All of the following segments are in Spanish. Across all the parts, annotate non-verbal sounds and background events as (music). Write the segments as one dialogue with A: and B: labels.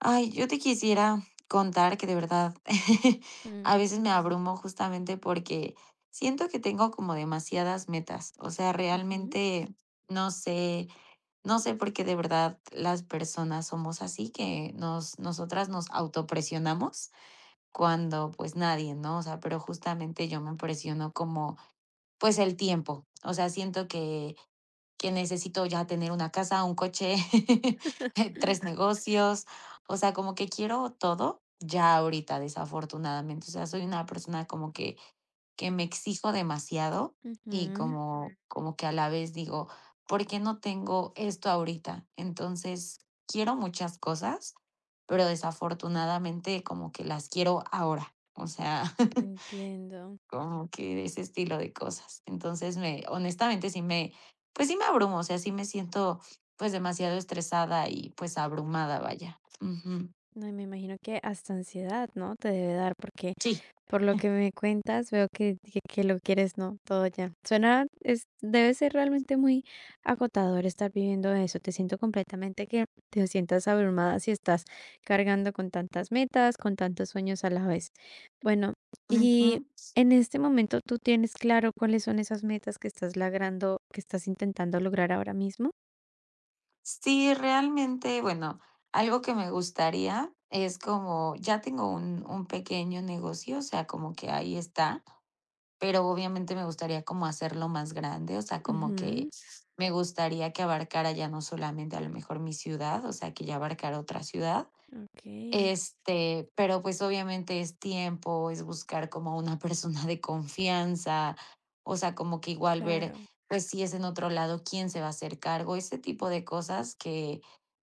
A: Ay, yo te quisiera contar que de verdad (laughs)
B: Mm,
A: a veces me abrumo justamente porque siento que tengo como demasiadas metas. O sea,
B: ujú,
A: realmente no sé, no sé por qué de verdad las personas somos así, que nosotras nos autopresionamos cuando pues nadie, ¿no? O sea, pero justamente yo me presiono como pues el tiempo. O sea, siento que necesito ya tener una casa, un coche, (laughs) tres negocios, o sea, como que quiero todo ya ahorita, desafortunadamente, o sea, soy una persona como que me exijo demasiado y
B: ujú,
A: como, como que a la vez digo, ¿por qué no tengo esto ahorita? Entonces, quiero muchas cosas, pero desafortunadamente como que las quiero ahora. O sea, (laughs)
B: entiendo.
A: como que de ese estilo de cosas. Entonces, me honestamente, sí me pues, sí me abrumo, o sea, sí me siento, pues, demasiado estresada y, pues, abrumada, vaya. Ujú.
B: No, y me imagino que hasta ansiedad, ¿no? Te debe dar, porque
A: Sí.
B: por lo que me cuentas, veo que lo quieres, ¿no? Todo ya. Debe ser realmente muy agotador estar viviendo eso. Te siento completamente que te sientas abrumada si estás cargando con tantas metas, con tantos sueños a la vez. Bueno, y
A: Ujú.
B: en este momento tú tienes claro cuáles son esas metas que estás logrando, que estás intentando lograr ahora mismo.
A: Sí, realmente, bueno, algo que me gustaría es como ya tengo un pequeño negocio, o sea, como que ahí está, pero obviamente me gustaría como hacerlo más grande, o sea, como
B: Ujú.
A: que me gustaría que abarcara ya no solamente a lo mejor mi ciudad, o sea, que ya abarcara otra ciudad.
B: Ok,
A: Pero, pues, obviamente es tiempo, es buscar como una (laughs) persona de confianza, o sea, como que igual ver,
B: claro.
A: pues, si es en otro lado, quién se va a hacer cargo, ese tipo de cosas que,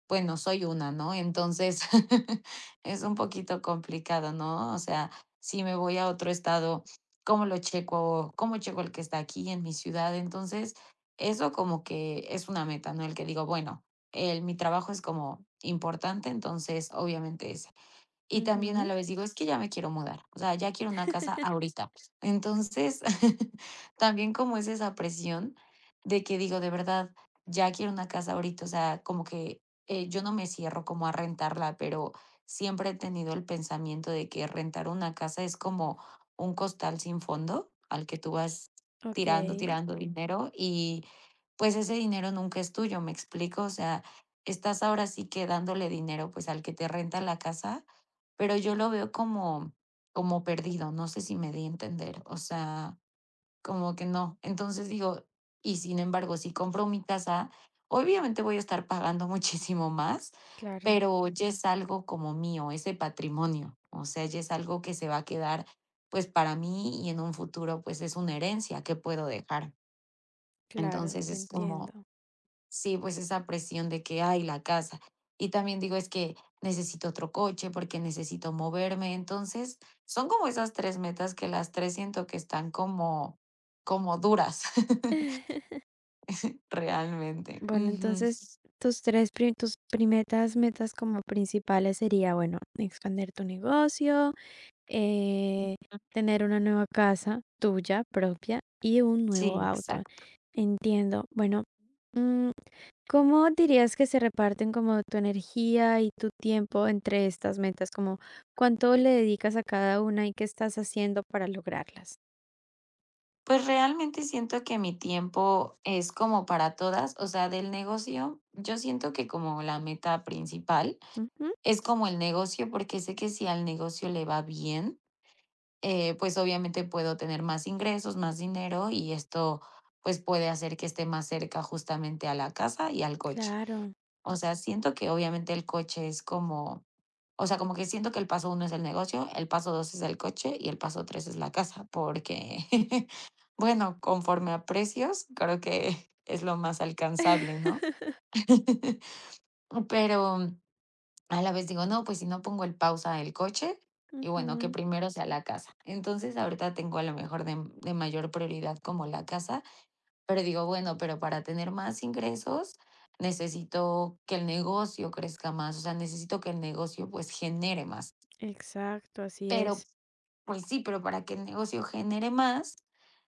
A: bueno, soy una, ¿no? Entonces, (laughs) es un poquito complicado, ¿no? O sea, si me voy a otro estado, ¿cómo lo checo? ¿Cómo checo el que está aquí en mi ciudad? Entonces, eso como que es una meta, ¿no? El que digo, bueno, el mi trabajo es como importante, entonces, obviamente, y también a
B: Ujú.
A: la vez digo: "Es que ya me quiero mudar, o sea, ya quiero una casa ahorita". Entonces, (laughs) también como es esa presión de que digo: "De verdad, ya quiero una casa ahorita", o sea, como que, yo no me cierro como a rentarla, pero siempre he tenido el pensamiento de que rentar una casa es como un costal sin fondo al que tú vas
B: Ok,
A: tirando, tirando dinero y, pues, ese dinero nunca es tuyo, ¿me explico? O sea, estás ahora sí que dándole dinero, pues, al que te renta la casa, pero yo lo veo como como perdido, no sé si me di a entender, o sea, como que no. Entonces digo, y sin embargo, si compro mi casa, obviamente voy a estar pagando (laughs) muchísimo más,
B: claro,
A: pero ya es algo como mío, ese patrimonio, o sea, ya es algo que se va a quedar, pues, para mí y en un futuro, pues, es una herencia que puedo dejar.
B: claro,
A: Entonces
B: te
A: es como
B: entiendo.
A: sí, pues esa presión de que, ay, la casa. Y también digo, es que necesito otro coche porque necesito moverme. Entonces, son como esas 3 metas que las 3 siento que están como como duras, (laughs)
B: (laughs)
A: realmente.
B: Bueno,
A: Ujú.
B: entonces tus primeras metas como principales sería, bueno, expandir tu negocio, eh, tener una nueva casa tuya propia y un nuevo
A: Sí,
B: auto.
A: exacto.
B: Entiendo. Bueno, mm, ¿cómo dirías que se reparten como tu energía y tu tiempo entre estas metas? Como cuánto le dedicas a cada una y qué estás haciendo para lograrlas.
A: Pues realmente siento que mi tiempo es como para todas, o sea, del negocio, yo siento que como la meta principal
B: Ujú,
A: es como el negocio, porque sé que si al negocio le va bien, pues obviamente puedo tener más ingresos, más dinero y esto pues puede hacer que esté más cerca justamente a la casa y al coche.
B: claro.
A: O sea, siento que obviamente el coche es como, o sea, como que siento que el paso uno es el negocio, el paso dos es el coche y el paso tres es la casa, porque, (laughs) bueno, conforme a precios, creo que (laughs) es lo más alcanzable, ¿no?
B: (laughs)
A: (laughs) Pero a la vez digo, no, pues si no pongo el pausa el coche y bueno, que
B: Ujú,
A: primero sea la casa. Entonces, ahorita tengo a lo mejor de mayor prioridad como la casa, pero digo, bueno, pero para tener más ingresos necesito que el negocio crezca más, o sea, necesito que el negocio pues genere más.
B: exacto, así
A: Pero
B: es.
A: pues sí, pero para que el negocio genere más,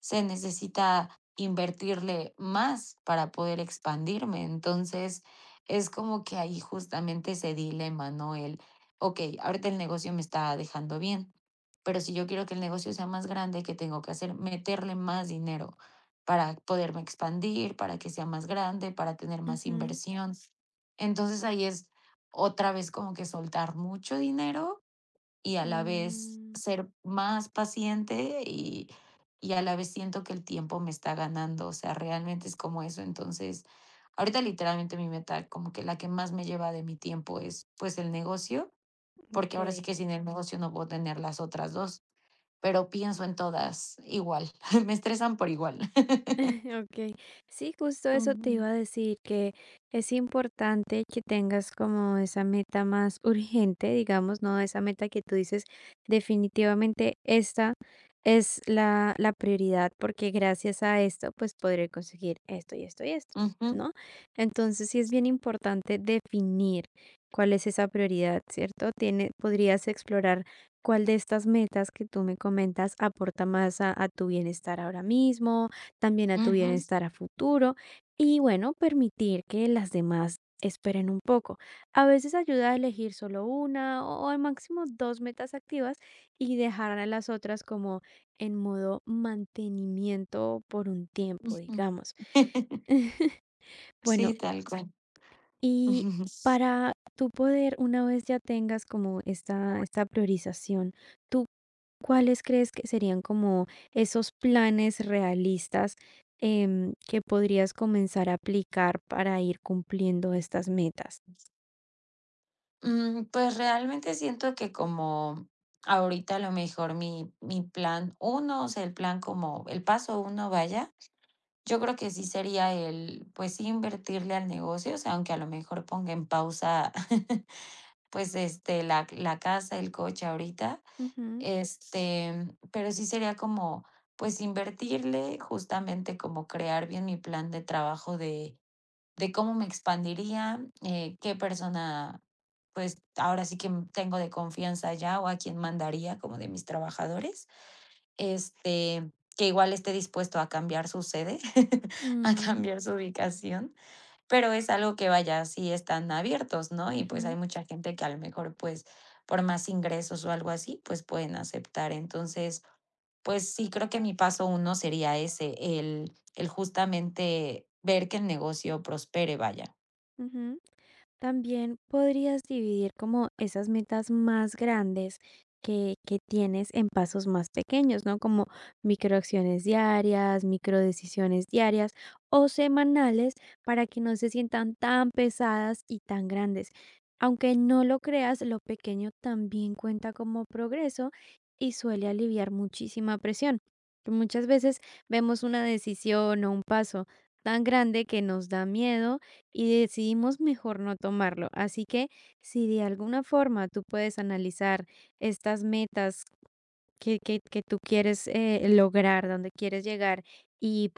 A: se necesita invertirle más para poder expandirme. Entonces, es como que ahí justamente ese dilema, ¿no? El, ok, ahorita el negocio me está dejando bien, pero si yo quiero que el negocio sea más grande, ¿qué tengo que hacer? Meterle más dinero para poderme expandir, para que sea más grande, para tener más
B: Ujú,
A: inversión. Entonces ahí es otra vez como que soltar mucho dinero y a la vez
B: mm,
A: ser más paciente y a la vez siento que el tiempo me está ganando, o sea, realmente es como eso. Entonces, ahorita literalmente mi meta, como que la que más me lleva de mi tiempo es, pues, el negocio, porque
B: ok.
A: ahora sí que sin el negocio no puedo tener las otras dos, pero pienso en todas igual, (laughs) me estresan por igual. (laughs)
B: (laughs) Okey. Sí, justo eso te
A: Ujú,
B: iba a decir, que es importante que tengas como esa meta más (laughs) urgente, digamos, ¿no? Esa meta que tú dices, definitivamente esta es la prioridad, porque gracias a esto, pues, podré conseguir esto, y esto, y esto,
A: ujú,
B: ¿no? Entonces, sí es bien importante definir cuál es esa prioridad, ¿cierto? Tiene podrías explorar cuál de estas metas que tú me comentas aporta más a tu bienestar ahora mismo, también a tu
A: ujú,
B: bienestar a futuro y bueno, permitir que las demás esperen un poco. A veces ayuda a elegir solo una o al máximo dos metas activas y dejar a las otras como en modo mantenimiento por un tiempo,
A: ujú.
B: digamos.
A: (laughs)
B: (laughs) Bueno,
A: Sí, tal cual.
B: y
A: (laughs)
B: para tu poder, una vez ya tengas como esta priorización, ¿tú ¿cuáles crees que serían como esos planes realistas, que podrías comenzar a aplicar para ir cumpliendo estas metas?
A: Pues realmente siento que como ahorita a lo mejor mi plan uno o sea, el plan como el paso uno vaya, yo creo que sí sería el, pues sí, invertirle al negocio, o sea, aunque a lo mejor ponga en pausa, (laughs) pues, la casa, el coche ahorita,
B: Ujú,
A: pero sí sería como, pues, invertirle, justamente como crear bien mi plan de trabajo de cómo me expandiría, qué persona, pues ahora sí que tengo de confianza ya o a quién mandaría como de mis trabajadores, este, que igual esté dispuesto a cambiar su sede, (laughs) a
B: mm,
A: cambiar su ubicación, pero es algo que vaya, sí están abiertos, ¿no? Y pues
B: ujú,
A: hay mucha gente que a lo mejor pues por más ingresos o algo así, pues pueden aceptar. Entonces, pues sí, creo que mi paso uno sería ese, el justamente ver que el negocio prospere, vaya.
B: ujú. También podrías dividir como esas metas más grandes que, tienes en pasos más pequeños, ¿no? Como microacciones diarias, microdecisiones diarias o semanales para que no se sientan tan pesadas y tan grandes. Aunque no lo creas, lo pequeño también cuenta como progreso y suele aliviar muchísima presión. Muchas veces vemos una decisión o un paso tan grande que nos da miedo y decidimos mejor no tomarlo. Así que si de alguna forma tú puedes analizar estas metas que tú quieres lograr, donde quieres llegar, y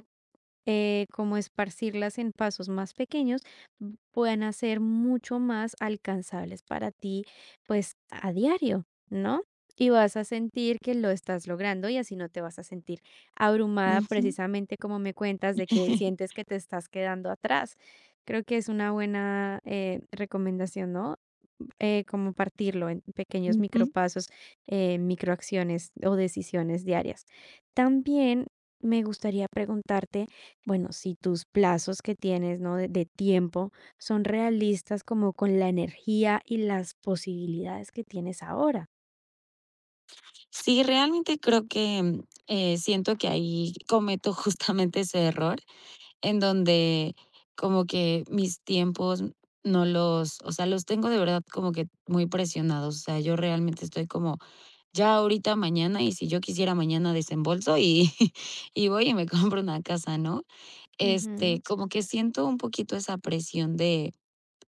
B: como esparcirlas en pasos más pequeños, puedan ser mucho más alcanzables para ti, pues a diario, ¿no? Y vas a sentir que lo estás logrando y así no te vas a sentir abrumada
A: Ujú.
B: precisamente como me cuentas de que sientes
A: (laughs)
B: que te estás quedando atrás. Creo que es una buena recomendación, ¿no? Como partirlo en pequeños
A: Ujú.
B: micropasos, microacciones o decisiones diarias. También me gustaría preguntarte bueno, si tus plazos que tienes, ¿no? De tiempo son realistas como con la energía y las posibilidades que tienes ahora.
A: Sí, realmente creo que, siento que ahí cometo (laughs) justamente ese error, en donde como que mis tiempos no los o sea, los tengo de verdad como que muy presionados. O sea, yo realmente estoy como, ya ahorita, mañana, y si yo quisiera mañana desembolso y (laughs) y voy y me (laughs) compro una casa, ¿no?
B: Ujú,
A: Como que siento un poquito esa presión de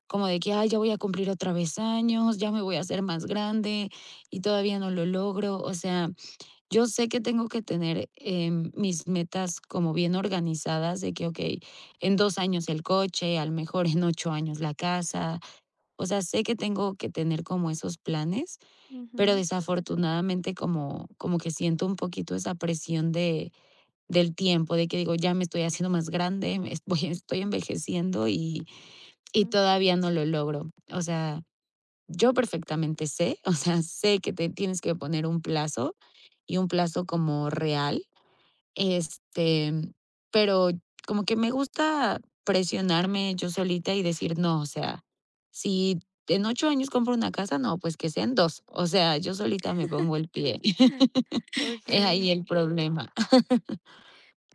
A: como de que, ay, ya voy a cumplir otra vez años, ya me voy a hacer más grande y todavía no lo logro. O sea, yo sé que tengo que tener mis metas como bien organizadas de que, ok, en 2 años el coche, a lo mejor en 8 años la casa. O sea, sé que tengo que tener como esos planes, pero
B: ujú,
A: desafortunadamente como, como que siento un poquito esa presión de, del tiempo, de que digo, ya me estoy haciendo más grande, me (laughs) estoy envejeciendo y
B: ujú.
A: todavía no lo logro. O sea, yo perfectamente sé, (laughs) o sea, sé que te tienes que poner un plazo y un plazo como real, este, pero como que me gusta presionarme yo solita y decir: "No, o sea, si en 8 años compro una casa, no, pues que sean dos". O sea, yo solita me pongo el pie. (laughs) Es ahí
B: Ok.
A: el problema.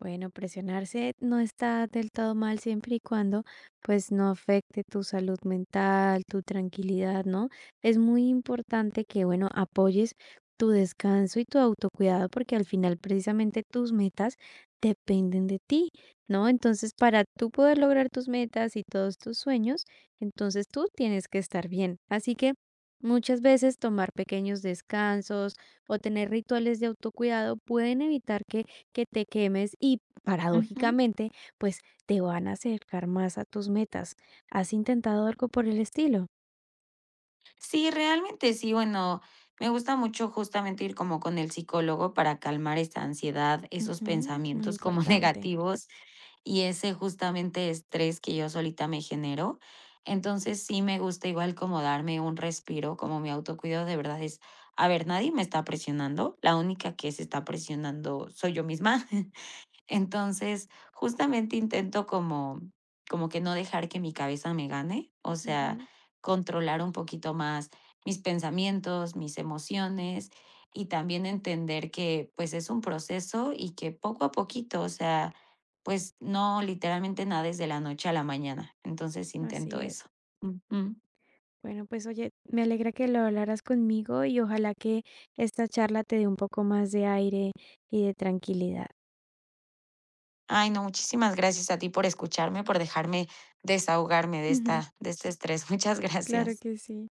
B: Bueno, presionarse no está del todo mal siempre y cuando pues no afecte tu salud mental, tu tranquilidad, ¿no? Es muy importante que, bueno, apoyes tu descanso y tu autocuidado porque al final precisamente tus metas dependen de ti, ¿no? Entonces, para tú poder lograr tus metas y todos tus sueños, entonces tú tienes que estar bien. Así que muchas veces tomar pequeños descansos o tener rituales de autocuidado pueden evitar que te quemes y
A: (laughs)
B: paradójicamente, pues te van a acercar más a tus metas. ¿Has intentado algo por el estilo?
A: Sí, realmente sí, bueno, me gusta mucho justamente ir como con el psicólogo para calmar esta ansiedad, esos
B: Ujú, muy
A: pensamientos como (laughs)
B: importante.
A: negativos y ese justamente estrés que yo solita me genero. Entonces sí me gusta igual como darme un respiro, como mi autocuidado de verdad es, a ver, nadie me está presionando, la única que se está presionando soy yo misma. (laughs) Entonces, justamente intento como como que no dejar que mi cabeza me gane, o sea,
B: Ujú,
A: controlar un poquito más mis pensamientos, mis emociones y también entender que, pues, es un proceso y que poco a poquito, o sea, pues, no literalmente nada es de la noche a la mañana. Entonces, intento
B: así
A: eso.
B: es.
A: Ujú.
B: Bueno, pues oye, me alegra que lo hablaras conmigo y ojalá que esta charla te dé un poco más de aire y de tranquilidad.
A: Ay, no, muchísimas gracias a ti por escucharme, por dejarme desahogarme de este estrés. (laughs) Muchas
B: (laughs) Claro
A: gracias.
B: que sí.